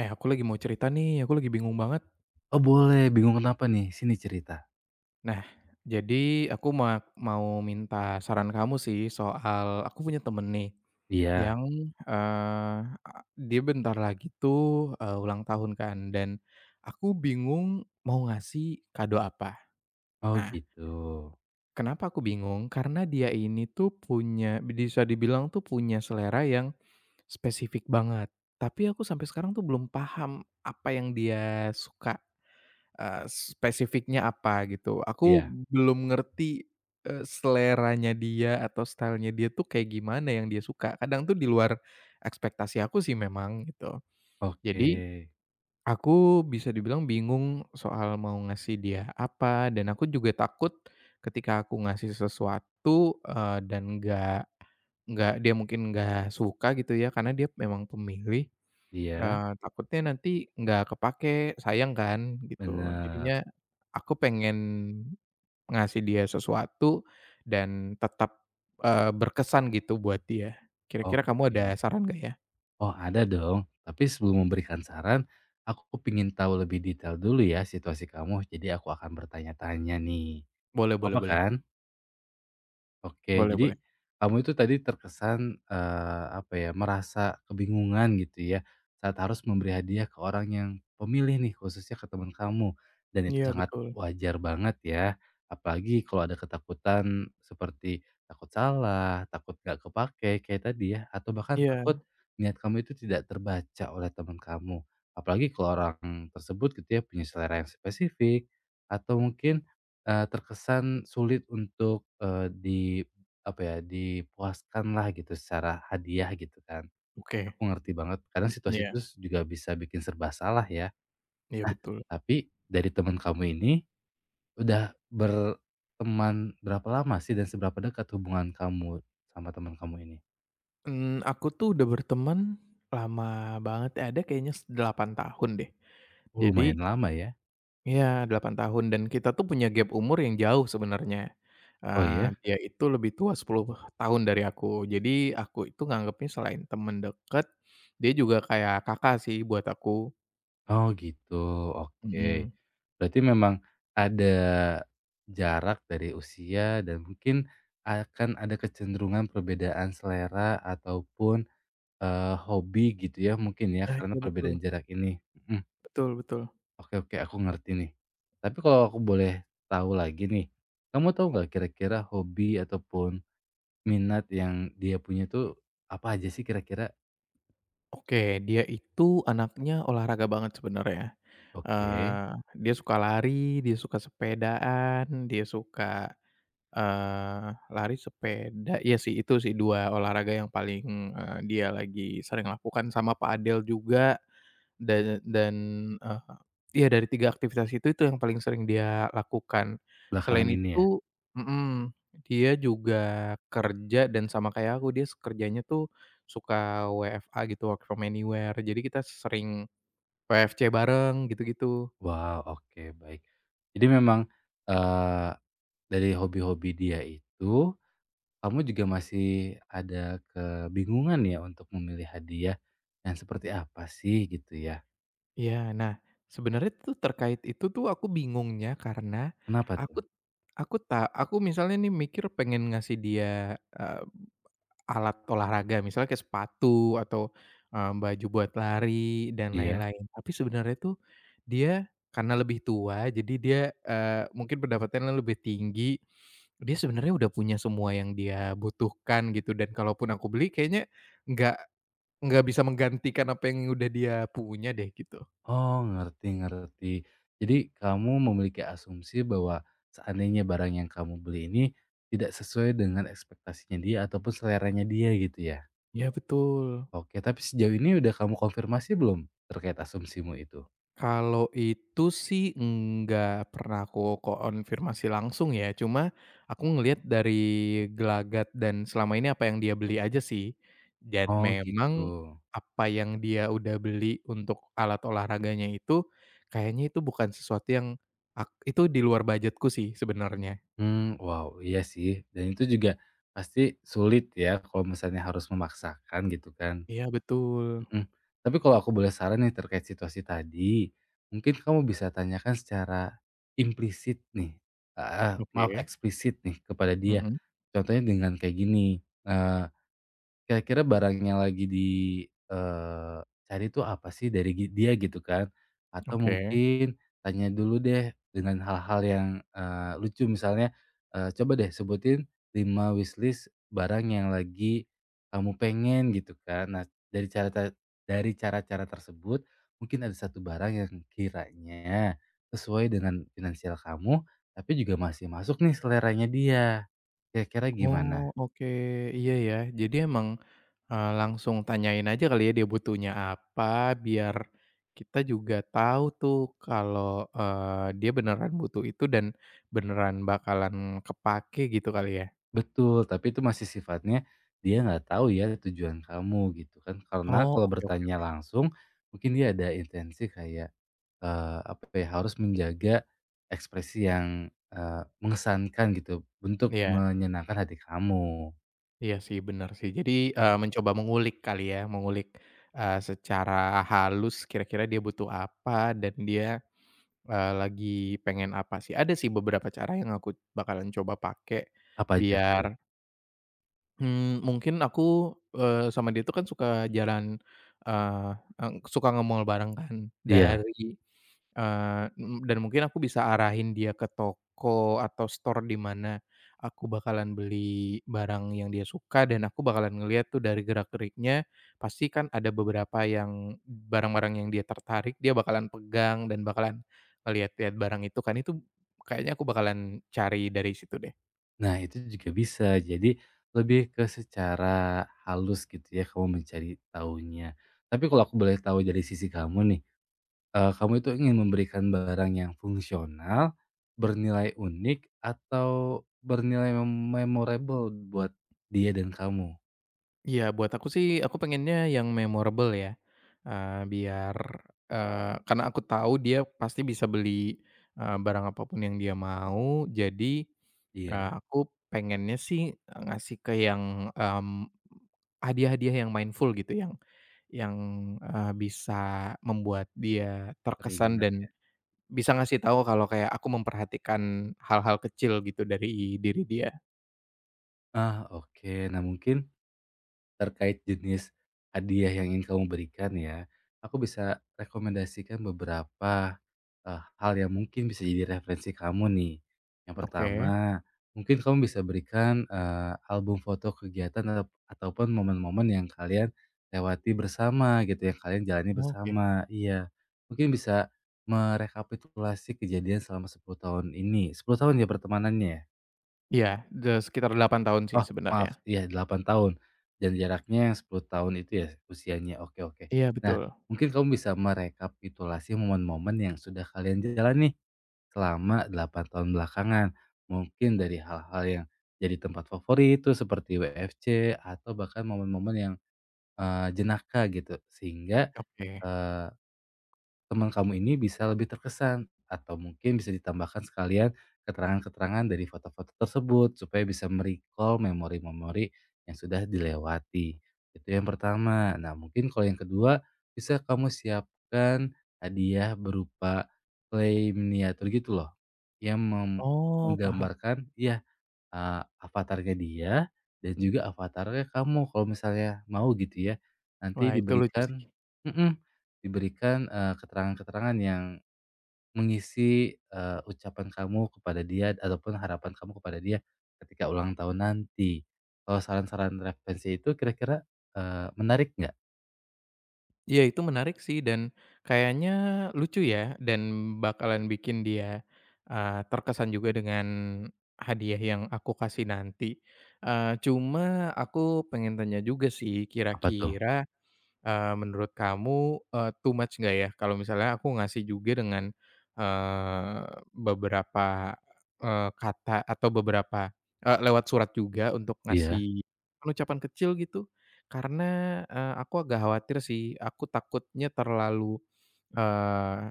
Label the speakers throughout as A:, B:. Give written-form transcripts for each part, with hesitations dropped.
A: Eh, aku lagi mau cerita nih, aku lagi bingung banget.
B: Oh boleh, bingung kenapa nih? Sini cerita.
A: Nah, jadi aku mau minta saran kamu sih soal aku punya temen nih
B: Iya.
A: yang, eee, dia bentar lagi tuh, ulang tahun kan dan aku bingung mau ngasih kado apa.
B: Oh
A: Nah,
B: gitu.
A: kenapa aku bingung? Karena dia ini tuh punya bisa dibilang tuh punya selera yang spesifik banget, tapi aku sampai sekarang tuh belum paham apa yang dia suka. Spesifiknya apa gitu. Aku
B: Iya,
A: belum ngerti, seleranya dia atau style-nya dia tuh kayak gimana yang dia suka. Kadang tuh di luar ekspektasi aku sih memang gitu.
B: oke.
A: Jadi aku bisa dibilang bingung soal mau ngasih dia apa dan aku juga takut ketika aku ngasih sesuatu, dan nggak dia mungkin nggak suka gitu ya karena dia memang pemilih.
B: Iya,
A: Takutnya nanti nggak kepake, sayang kan gitu.
B: bener,
A: Jadinya aku pengen ngasih dia sesuatu dan tetap berkesan gitu buat dia. Kira-kira kamu ada
B: oke.
A: saran nggak ya?
B: Oh ada dong, tapi sebelum memberikan saran, aku pengen tahu lebih detail dulu ya situasi kamu, jadi aku akan bertanya-tanya nih,
A: Boleh boleh
B: apa
A: boleh.
B: kan? Oke,
A: Boleh boleh.
B: jadi kamu itu tadi terkesan, apa ya, merasa kebingungan gitu ya, saat harus memberi hadiah ke orang yang pemilih nih, khususnya ke teman kamu, dan itu
A: Iya
B: sangat
A: betul.
B: wajar banget ya. Apalagi kalau ada ketakutan seperti takut salah, takut nggak kepake kayak tadi ya, atau bahkan
A: Iya.
B: takut niat kamu itu tidak terbaca oleh teman kamu. Apalagi kalau orang tersebut gitu ya, punya selera yang spesifik, atau mungkin terkesan sulit untuk, di apa ya, dipuaskan lah gitu secara hadiah gitu kan.
A: Oke.
B: Aku ngerti banget kadang situasi itu
A: Iya.
B: juga bisa bikin serba salah ya.
A: Iya betul.
B: Tapi dari teman kamu ini udah berteman berapa lama sih dan seberapa dekat hubungan kamu sama teman kamu ini?
A: Aku tuh udah berteman lama banget ya, ada kayaknya 8 tahun deh.
B: Oh
A: Jadi
B: lumayan lama ya?
A: iya, 8 tahun dan kita tuh punya gap umur yang jauh sebenarnya.
B: Oh
A: Eee,
B: iya.
A: dia itu lebih tua 10 tahun dari aku. Jadi aku itu nganggepnya selain temen deket, dia juga kayak kakak sih buat aku.
B: Oh gitu, oke.
A: Mhm.
B: Berarti memang ada jarak dari usia dan mungkin akan ada kecenderungan perbedaan selera ataupun, hobi gitu ya mungkin ya
A: Nah,
B: karena
A: iya betul.
B: perbedaan jarak ini, mhm,
A: Betul betul.
B: oke oke aku ngerti nih. Tapi kalau aku boleh tahu lagi nih, kamu tahu nggak kira-kira hobi ataupun minat yang dia punya tuh apa aja sih kira-kira?
A: Oke, dia itu anaknya olahraga banget sebenarnya.
B: Oke,
A: Dia suka lari, dia suka sepedaan, dia suka, eee, lari, sepeda, iya sih itu sih 2 olahraga yang paling, dia lagi sering lakukan sama padel juga dan eee, iya dari 3 aktivitas itu yang paling sering dia lakukan. Selain
B: belakangan ini ya?
A: itu mhm, dia juga kerja dan sama kayak aku, dia kerjanya tuh suka WFA gitu, work from anywhere, jadi kita sering WFC bareng gitu-gitu.
B: Wow, oke baik. Jadi memang, eee, dari hobi-hobi dia itu, kamu juga masih ada kebingungan ya untuk memilih hadiah yang seperti apa sih gitu ya?
A: Iya, nah, sebenarnya tuh terkait itu tuh aku bingungnya karena
B: Kenapa
A: aku
B: tuh?
A: aku tak aku misalnya nih mikir pengen ngasih dia, eee, alat olahraga misalnya kayak sepatu atau, baju buat lari dan
B: Iya?
A: lain-lain. Tapi sebenarnya tuh dia karena lebih tua jadi dia, mungkin pendapatannya lebih tinggi, dia sebenarnya udah punya semua yang dia butuhkan gitu dan kalaupun aku beli kayaknya nggak nggak bisa menggantikan apa yang udah dia punya deh gitu.
B: Oh, ngerti ngerti. Jadi kamu memiliki asumsi bahwa seandainya barang yang kamu beli ini tidak sesuai dengan ekspektasinya dia ataupun seleranya dia gitu ya?
A: Iya betul.
B: Oke, tapi sejauh ini udah kamu konfirmasi belum terkait asumsimu itu?
A: Kalau itu sih nggak pernah aku konfirmasi langsung ya, cuma aku ngelihat dari gelagat dan selama ini apa yang dia beli aja sih. Dan
B: Oh, gitu.
A: memang apa yang dia udah beli untuk alat olahraganya itu, kayaknya itu bukan sesuatu yang itu di luar budgetku sih sebenarnya.
B: Hmm, wow, iya sih, dan itu juga pasti sulit ya kalau misalnya harus memaksakan gitu kan,
A: Iya betul.
B: mhm. Tapi kalau aku boleh saran nih terkait situasi tadi, mungkin kamu bisa tanyakan secara implisit nih heeh, maaf
A: Oke.
B: eksplisit nih kepada dia.
A: Mhm,
B: Contohnya dengan kayak gini, eh, kira-kira barangnya lagi di eee, cari tuh apa sih dari dia gitu kan, atau
A: oke.
B: mungkin tanya dulu deh dengan hal-hal yang, lucu misalnya, coba deh sebutin 5 wishlist barang yang lagi kamu pengen gitu kan. Nah dari cara ta dari cara-cara tersebut mungkin ada satu barang yang kiranya sesuai dengan finansial kamu, tapi juga masih masuk nih seleranya dia. Kira-kira gimana?
A: Oh, oke. Iya ya. Jadi emang, langsung tanyain aja kali ya dia butuhnya apa, biar kita juga tahu tuh kalau, dia beneran butuh itu dan beneran bakalan kepake gitu kali ya?
B: Betul, tapi itu masih sifatnya dia nggak tahu ya tujuan kamu gitu kan. Karena
A: Oh,
B: kalau
A: oke oke
B: bertanya
A: oke.
B: langsung mungkin dia ada intensi kayak, apa ya, harus menjaga ekspresi yang, mengesankan gitu untuk
A: Iya,
B: menyenangkan hati kamu.
A: iya sih bener sih. Jadi,
B: Mmm.
A: mencoba mengulik kali ya, mengulik, secara halus kira-kira dia butuh apa dan dia, lagi pengen apa sih. Ada sih beberapa cara yang aku bakalan coba pakai
B: Apa aja tuh?
A: biar mungkin aku, sama dia tuh kan suka jalan, eee, suka nge-mall bareng kan
B: Iya.
A: dari, mhm, dan mungkin aku bisa arahin dia ke toko atau store di mana aku bakalan beli barang yang dia suka dan aku bakalan ngelihat tuh dari gerak-geriknya, pasti kan ada beberapa yang barang-barang yang dia tertarik, dia bakalan pegang dan bakalan ngelihat-lihat barang itu kan, itu kayaknya aku bakalan cari dari situ deh.
B: Nah itu juga bisa. Jadi lebih ke secara halus gitu ya kamu mencari tahunya. Tapi kalau aku boleh tahu dari sisi kamu nih, kamu itu ingin memberikan barang yang fungsional, bernilai unik, atau bernilai memorable buat dia dan kamu?
A: Iya, buat aku sih, aku pengennya yang memorable ya, biar karena aku tahu dia pasti bisa beli, barang apapun yang dia mau, jadi,
B: Iya,
A: aku pengennya sih ngasih ke yang, mmm, hadiah-hadiah yang mindful gitu, yang, bisa membuat dia terkesan
B: teringat
A: dan
B: ya.
A: bisa ngasih tahu kalau kayak aku memperhatikan hal-hal kecil gitu dari diri dia.
B: Ah, oke. Nah mungkin terkait jenis hadiah yang ingin kamu berikan ya, aku bisa rekomendasikan beberapa, hal yang mungkin bisa jadi referensi kamu nih. Yang
A: Oke.
B: pertama, mungkin kamu bisa berikan, album foto kegiatan ataupun momen-momen yang kalian lewati bersama gitu, yang kalian jalani
A: Oke.
B: bersama, iya. Mungkin bisa merekapitulasi kejadian selama 10 tahun ini, 10 tahun ya pertemanannya ya?
A: Iya, sekitar 8 tahun sih
B: Oh, maaf,
A: sebenarnya.
B: iya 8 tahun dan jaraknya yang 10 tahun itu ya usianya, oke oke.
A: Iya
B: Nah,
A: betul.
B: mungkin kamu bisa merekapitulasi momen-momen yang sudah kalian jalani selama 8 tahun belakangan. Mungkin dari hal-hal yang jadi tempat favorit itu seperti WFC atau bahkan momen-momen yang, jenaka gitu sehingga,
A: Oke.
B: teman kamu ini bisa lebih terkesan atau mungkin bisa ditambahkan sekalian keterangan-keterangan dari foto-foto tersebut supaya bisa merecall memori-memori yang sudah dilewati. Itu yang pertama. Nah, mungkin kalau yang kedua bisa kamu siapkan hadiah berupa clay miniatur gitu loh yang
A: Oh paham.
B: menggambarkan ya avatarnya dia dan juga avatarnya kamu kalau misalnya mau gitu ya. Nanti
A: Wah itu lucu sih.
B: diberikan mhm, diberikan, keterangan-keterangan yang mengisi, ucapan kamu kepada dia ataupun harapan kamu kepada dia ketika ulang tahun nanti. Kalau saran-saran referensi itu kira-kira, menarik nggak?
A: Iya itu menarik sih dan kayaknya lucu ya dan bakalan bikin dia, terkesan juga dengan hadiah yang aku kasih nanti, cuma aku pengen tanya juga sih
B: Apa tuh?
A: kira-kira menurut kamu, too much nggak ya kalau misalnya aku ngasih juga dengan, eee, beberapa, kata atau beberapa lewat surat juga untuk
B: Iya.
A: ngasih ucapan kecil gitu? Karena, aku agak khawatir sih, aku takutnya terlalu, eee,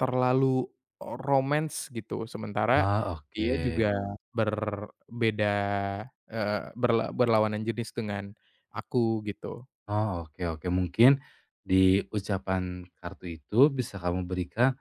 A: terlalu romance gitu, sementara
B: Wah, oke.
A: dia juga berbeda, berlawanan jenis dengan aku gitu.
B: Oh, oke oke. Mungkin di ucapan kartu itu bisa kamu berikan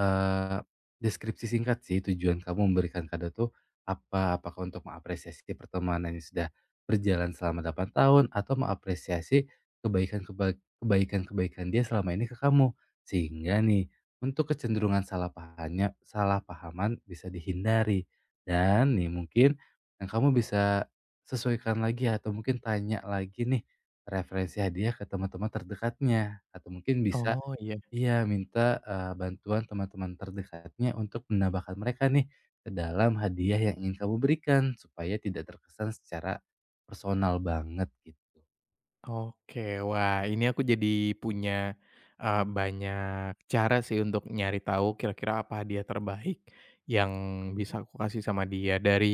B: Eee, deskripsi singkat sih tujuan kamu memberikan kado tuh apa? Apakah untuk mengapresiasi pertemanan yang sudah berjalan selama 8 tahun atau mengapresiasi kebaikan-kebaikan dia selama ini ke kamu? Sehingga nih untuk kecenderungan salah pahaman bisa dihindari dan nih mungkin yang kamu bisa sesuaikan lagi atau mungkin tanya lagi nih referensi hadiah ke teman-teman terdekatnya atau mungkin bisa
A: Oh, iya.
B: iya, minta, bantuan teman-teman terdekatnya untuk menambahkan mereka nih, ke dalam hadiah yang ingin kamu berikan, supaya tidak terkesan secara personal banget gitu.
A: Oke, wah ini aku jadi punya, banyak cara sih untuk nyari tahu kira-kira apa hadiah terbaik yang bisa aku kasih sama dia. Dari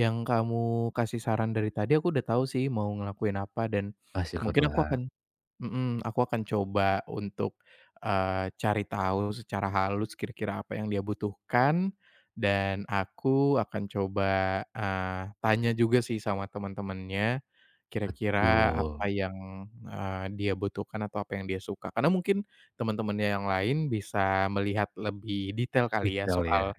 A: yang kamu kasih saran dari tadi aku udah tahu sih mau ngelakuin apa dan
B: Wah
A: mungkin aku
B: syukurlah.
A: akan mhm, aku akan coba untuk, cari tahu secara halus kira-kira apa yang dia butuhkan, dan aku akan coba, tanya juga sih sama teman-temannya, kira-kira apa
B: Betul,
A: yang, dia butuhkan atau apa yang dia suka. Karena mungkin teman-temannya yang lain bisa melihat lebih detail kali ya
B: detail ya,
A: soal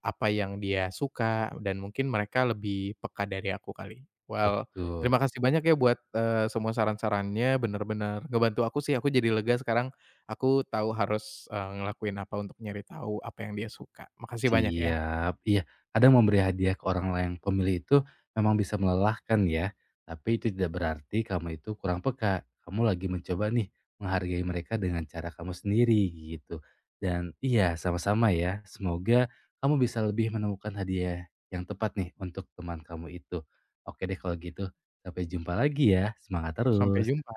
A: apa yang dia suka dan mungkin mereka lebih peka dari aku kali. Well,
B: betul.
A: terima kasih banyak ya buat, semua saran-sarannya bener-bener ngebantu aku sih, aku jadi lega sekarang aku tahu harus, ngelakuin apa untuk nyari tahu apa yang dia suka. Makasih banyak ya,
B: Siap. Iya, kadang memberi hadiah ke orang lain pemilih itu memang bisa melelahkan ya, tapi itu tidak berarti kamu itu kurang peka. Kamu lagi mencoba nih menghargai mereka dengan cara kamu sendiri gitu. Dan iya, sama-sama ya. Semoga kamu bisa lebih menemukan hadiah yang tepat nih untuk teman kamu itu. Oke deh kalau gitu, sampai jumpa lagi ya. Semangat
A: sampai
B: terus.
A: jumpa.